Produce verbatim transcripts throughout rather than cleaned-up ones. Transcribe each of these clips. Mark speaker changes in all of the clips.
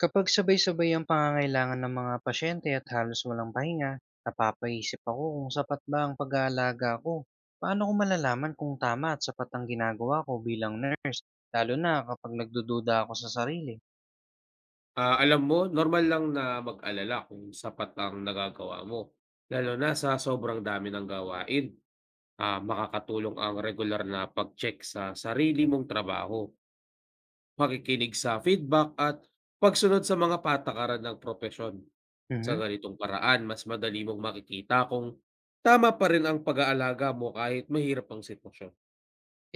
Speaker 1: Kapag sabay-sabay ang pangangailangan ng mga pasyente at halos walang pahinga, napapaisip ako kung sapat ba ang pag-aalaga ko. Paano ko malalaman kung tama at sapat ang ginagawa ko bilang nurse, lalo na kapag nagdududa ako sa sarili?
Speaker 2: Ah, alam mo normal lang na mag-alala kung sapat ang nagagawa mo, lalo na sa sobrang dami ng gawain. Ah, makakatulong ang regular na pag-check sa sarili mong trabaho, pakikinig sa feedback at pagsunod sa mga patakaran ng propesyon. Sa
Speaker 1: Mhm.
Speaker 2: ganitong paraan, mas madali mong makikita kung tama pa rin ang pag-aalaga mo kahit mahirap ang sitwasyon.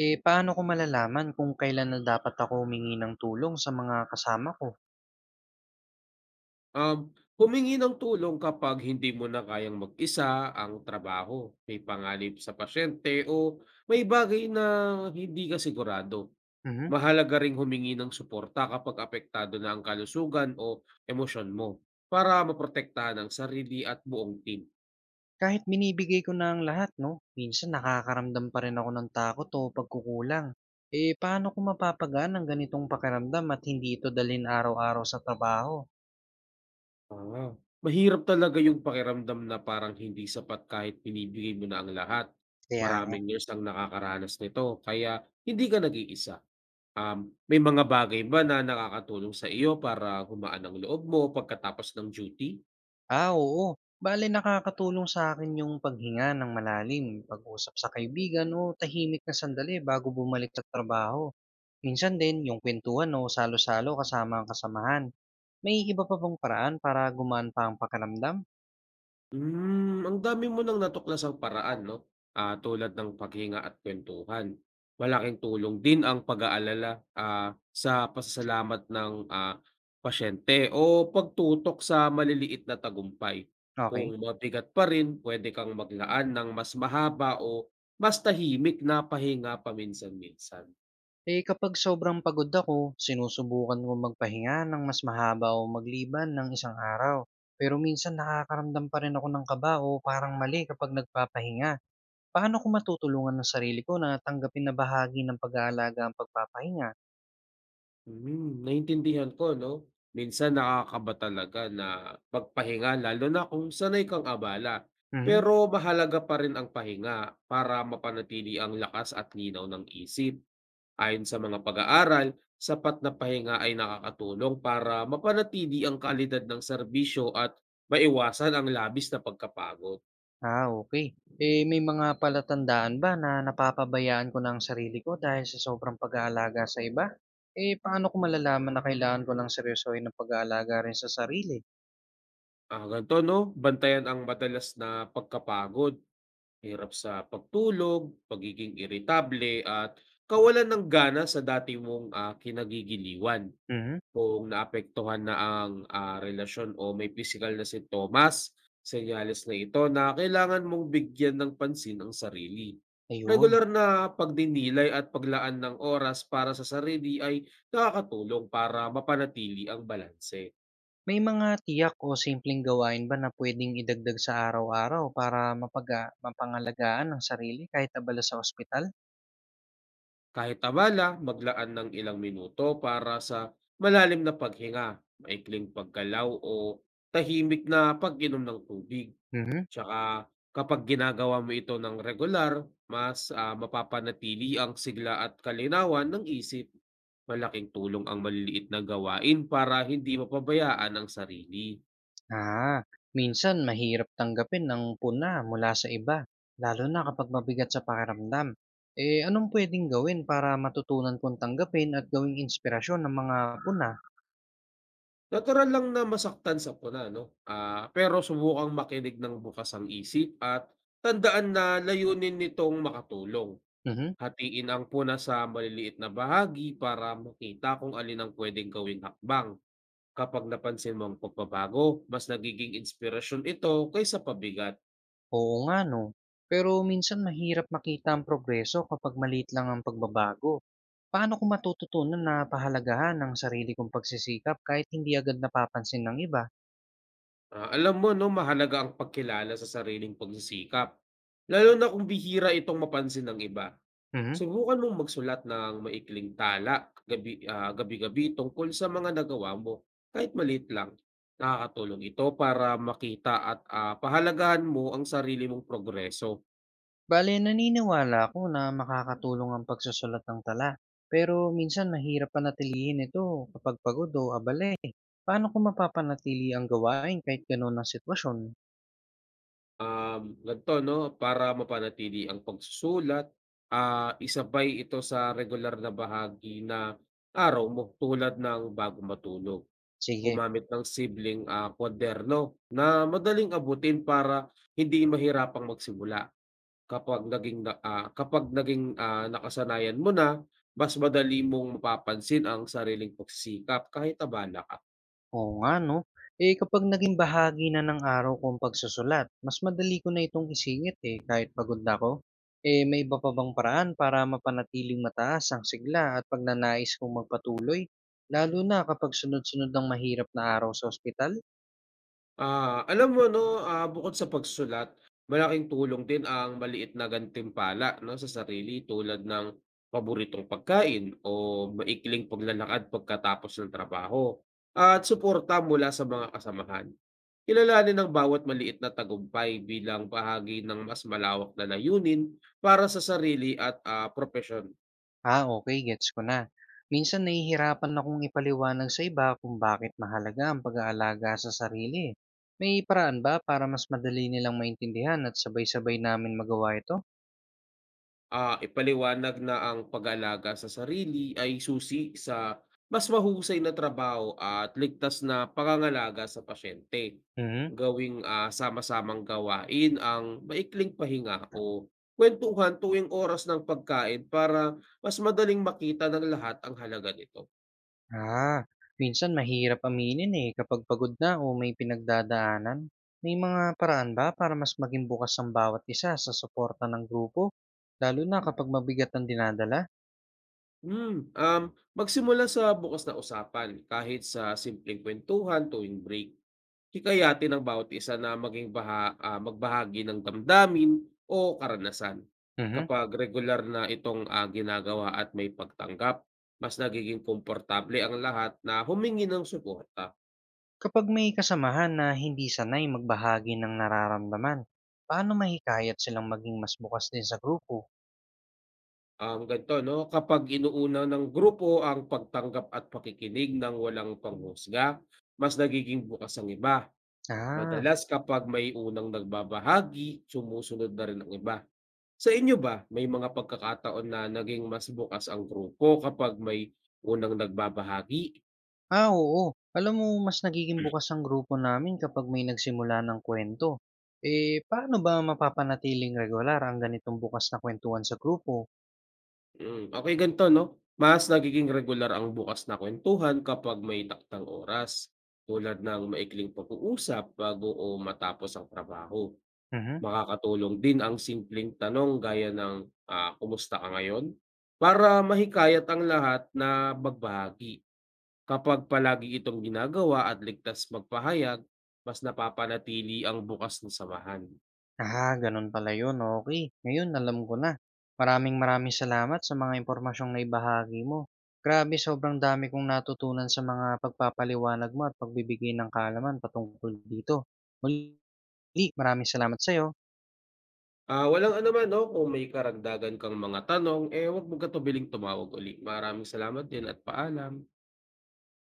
Speaker 1: Eh, paano ko malalaman kung kailan na dapat ako humingi ng tulong sa mga kasama ko?
Speaker 2: Um, humingi ng tulong kapag hindi mo na kayang mag-isa ang trabaho, may pangalip sa pasyente o may bagay na hindi ka sigurado.
Speaker 1: Mhm.
Speaker 2: Mahalaga ring humingi ng suporta kapag apektado na ang kalusugan o emosyon mo para maprotektahan ang sarili at buong team.
Speaker 1: Kahit binibigay ko na ang lahat 'no, minsan nakakaramdam pa rin ako ng takot o pagkukulang. Eh, paano ko mapapagaan ang ganitong pakiramdam at hindi ito dalhin araw-araw sa trabaho?
Speaker 2: Ah. Mahirap talaga yung pakiramdam na parang hindi sapat kahit binibigay mo na ang lahat.
Speaker 1: Kaya nga,
Speaker 2: Maraming years ang nakakaranas nito kaya hindi ka nag-iisa. Um, may mga bagay ba na nakakatulong sa iyo para humaan ang loob mo pagkatapos ng duty?
Speaker 1: ah, oo, bale nakakatulong sa akin yung paghinga ng malalim, pag-usap sa kaibigan o tahimik na sandali bago bumalik sa trabaho. Minsan din yung kuwentuhan o salo-salo kasama ang kasamahan. May iba pa bang paraan para gumaan pa ang pakiramdam?
Speaker 2: Hmm, ang dami mo nang natuklasang paraan 'no, ah, tulad ng paghinga at kuwentuhan. Malaking tulong din ang pag-aalala, ah, sa pasasalamat ng, ah, pasyente o pagtutok sa maliliit na tagumpay.
Speaker 1: Okey.
Speaker 2: Kung mabigat pa rin, puwede kang maglaan ng mas mahaba o mas tahimik na pahinga paminsan-minsan.
Speaker 1: Eh, kapag sobrang pagod ako, sinusubukan kong magpahinga ng mas mahaba o magliban ng isang araw. Pero minsan nakakaramdam pa rin ako ng kaba o parang mali kapag nagpapahinga. Paano ko matutulungan ng sarili ko na tanggapin na bahagi ng pag-aalaga ang pagpapahinga?
Speaker 2: Mm, naintindihan ko 'no. Minsan nakakaba talaga na magpahinga lalo na kung sanay kang abala.
Speaker 1: Mhm.
Speaker 2: Pero mahalaga pa rin ang pahinga para mapanatili ang lakas at linaw ng isip. Ayon sa mga pag-aaral, sapat na pahinga ay nakakatulong para mapanatili ang kalidad ng serbisyo at maiwasan ang labis na pagkapagod.
Speaker 1: Ah, okay. Eh, may mga palatandaan ba na napapabayaan ko na ang sarili ko dahil sa sobrang pag-aalaga sa iba? Eh, paano ko malalaman na kailangan ko ng seryosohin ng pag-aalaga rin sa sarili?
Speaker 2: Ah, ganito 'no, bantayan ang madalas na pagkapagod. Hirap sa pagtulog, pagiging iritable at kawalan ng gana sa dati mong, ah, kinagigiliwan.
Speaker 1: Mhm.
Speaker 2: Kung naapektuhan na ang, ah, relasyon o may physical na sintomas, senyales na ito na kailangan mong bigyan ng pansin ang sarili.
Speaker 1: Ayun.
Speaker 2: Regular na pagdinilay at paglaan ng oras para sa sarili ay nakakatulong para mapanatili ang balanse.
Speaker 1: May mga tiyak o simpleng gawain ba na puwedeng idagdag sa araw-araw para mapaga mapangalagaan ang sarili kahit abala sa ospital?
Speaker 2: Kahit abala, maglaan ng ilang minuto para sa malalim na paghinga, maikling paggalaw o tahimik na pag-inom ng tubig.
Speaker 1: Mhm.
Speaker 2: Tsaka kapag ginagawa mo ito ng regular, mas ah, mapapanatili ang sigla at kalinawan ng isip. Malaking tulong ang maliliit na gawain para hindi mapabayaan ang sarili.
Speaker 1: Ah, minsan mahirap tanggapin ng puna mula sa iba, lalo na kapag mabigat sa pakiramdam. Eh, anong puwedeng gawin para matutunan kong tanggapin at gawing inspirasyon ng mga puna?
Speaker 2: Natural lang na masaktan sa puna, no? Ah, pero subukang makinig ng bukas ang isip at tandaan na layunin nitong makatulong.
Speaker 1: Mhm.
Speaker 2: Hatiin ang puna sa maliliit na bahagi para makita kung alin ang pwedeng gawing hakbang. Kapag napansin mo ang pagbabago, mas nagiging inspirasyon ito kaysa pabigat.
Speaker 1: Oo nga no. Pero minsan mahirap makita ang progreso kapag maliit lang ang pagbabago. Paano ko matututunan na pahalagahan ng sarili kong pagsisikap kahit hindi agad napapansin ng iba?
Speaker 2: Ah, alam mo, no, mahalaga ang pagkilala sa sariling pagsisikap. Lalo na kung bihira itong mapansin ng iba.
Speaker 1: Mhm.
Speaker 2: Subukan mong magsulat ng maikling tala gabi, ah, gabi-gabi tungkol sa mga nagawa mo, kahit maliit lang. Nakakatulong ito para makita at ah, pahalagahan mo ang sarili mong progreso.
Speaker 1: Bale, naniniwala ako na makakatulong ang pagsusulat ng tala. Pero minsan mahirap panatilihin ito kapag pagod o abala eh. Paano ko mapapanatili ang gawain kahit gano'n ang sitwasyon?
Speaker 2: Um, ganito 'no, para mapanatili ang pagsusulat, ah, isabay ito sa regular na bahagi na araw mo tulad ng bago matulog.
Speaker 1: Sige.
Speaker 2: Gumamit ng sibling ah, kwaderno na madaling abutin para hindi mahirapang magsimula. Kapag naging na ah, kapag naging, ah, nakasanayan mo na, mas madali mong mapapansin ang sariling pagsisikap kahit abala ka.
Speaker 1: Oo nga 'no. Eh, kapag naging bahagi na ng araw ko ang pagsusulat, mas madali ko na itong isingit, eh, kahit pagod na ako. Eh, may iba pa bang paraan para mapanatiling mataas ang sigla at pagnanais kong magpatuloy? Lalo na kapag sunod-sunod ang mahirap na araw sa ospital?
Speaker 2: Ah, alam mo 'no, ah, bukod sa pagsulat, malaking tulong din ang maliit na gantimpala 'no, sa sarili tulad ng paboritong pagkain o maikling paglalakad pagkatapos ng trabaho, at suporta mula sa mga kasamahan. Kilalanin ang bawat maliit na tagumpay bilang bahagi ng mas malawak na layunin para sa sarili at, ah, propesyon.
Speaker 1: Ah, okay, gets ko na. Minsan nahihirapan akong ipaliwanag sa iba kung bakit mahalaga ang pag-aalaga sa sarili, eh. May paraan ba para mas madali nilang maintindihan at sabay-sabay namin magawa ito?
Speaker 2: Ah, ipaliwanag na ang pag-aalaga sa sarili ay susi sa mas mahusay na trabaho at ligtas na pangangalaga sa pasyente.
Speaker 1: Mhm.
Speaker 2: Gawing ah, sama-samang gawain ang maikling pahinga o kwentuhan tuwing oras ng pagkain para mas madaling makita ng lahat ang halaga nito.
Speaker 1: Ah, minsan mahirap aminin eh kapag pagod na o may pinagdadaanan. May mga paraan ba para mas maging bukas ang bawat isa sa suporta ng grupo? Lalo na kapag mabigat ang dinadala?
Speaker 2: Hmm, um, Magsimula sa bukas na usapan kahit sa simpleng kwentuhan tuwing break. Hikayatin ang bawat isa na maging baha ah, magbahagi ng damdamin o karanasan.
Speaker 1: Mhm.
Speaker 2: Kapag regular na itong, ah, ginagawa at may pagtanggap, mas nagiging komportable ang lahat na humingi ng suporta.
Speaker 1: Kapag may kasamahan na hindi sanay magbahagi ng nararamdaman, paano mahikayat silang maging mas bukas din sa grupo?
Speaker 2: Um, ganito 'no, kapag inuuna ng grupo ang pagtanggap at pakikinig ng walang panghusga, mas nagiging bukas ang iba.
Speaker 1: Ah.
Speaker 2: Madalas kapag may unang nagbabahagi, sumusunod na rin ang iba. Sa inyo ba, may mga pagkakataon na naging mas bukas ang grupo kapag may unang nagbabahagi?
Speaker 1: Ah, oo. Alam mo, mas nagiging bukas ang grupo namin kapag may nagsimula ng kwento. Eh, paano ba mapapanatiling regular ang ganitong bukas na kwentuhan sa grupo?
Speaker 2: Hmm, okey ganito 'no, mas nagiging regular ang bukas na kwentuhan kapag may taktang oras, tulad ng maikling pag-uusap bago o matapos ang trabaho.
Speaker 1: Mhm.
Speaker 2: Makakatulong din ang simpleng tanong gaya ng, ah, "Kumusta ka ngayon?" Para mahikayat ang lahat na magbahagi. Kapag palagi itong ginagawa at ligtas magpahayag, mas napapanatili ang bukas na samahan.
Speaker 1: Ah, ganun pala yun. Okay. Ngayon, alam ko na. Maraming maraming salamat sa mga impormasyong naibahagi mo. Grabe, sobrang dami kong natutunan sa mga pagpapaliwanag mo at pagbibigay ng kaalaman patungkol dito. Muli, maraming salamat sa'yo.
Speaker 2: Ah, walang anuman 'no, kung may karagdagan kang mga tanong, eh, huwag mo katubiling tumawag uli. Maraming salamat din at paalam.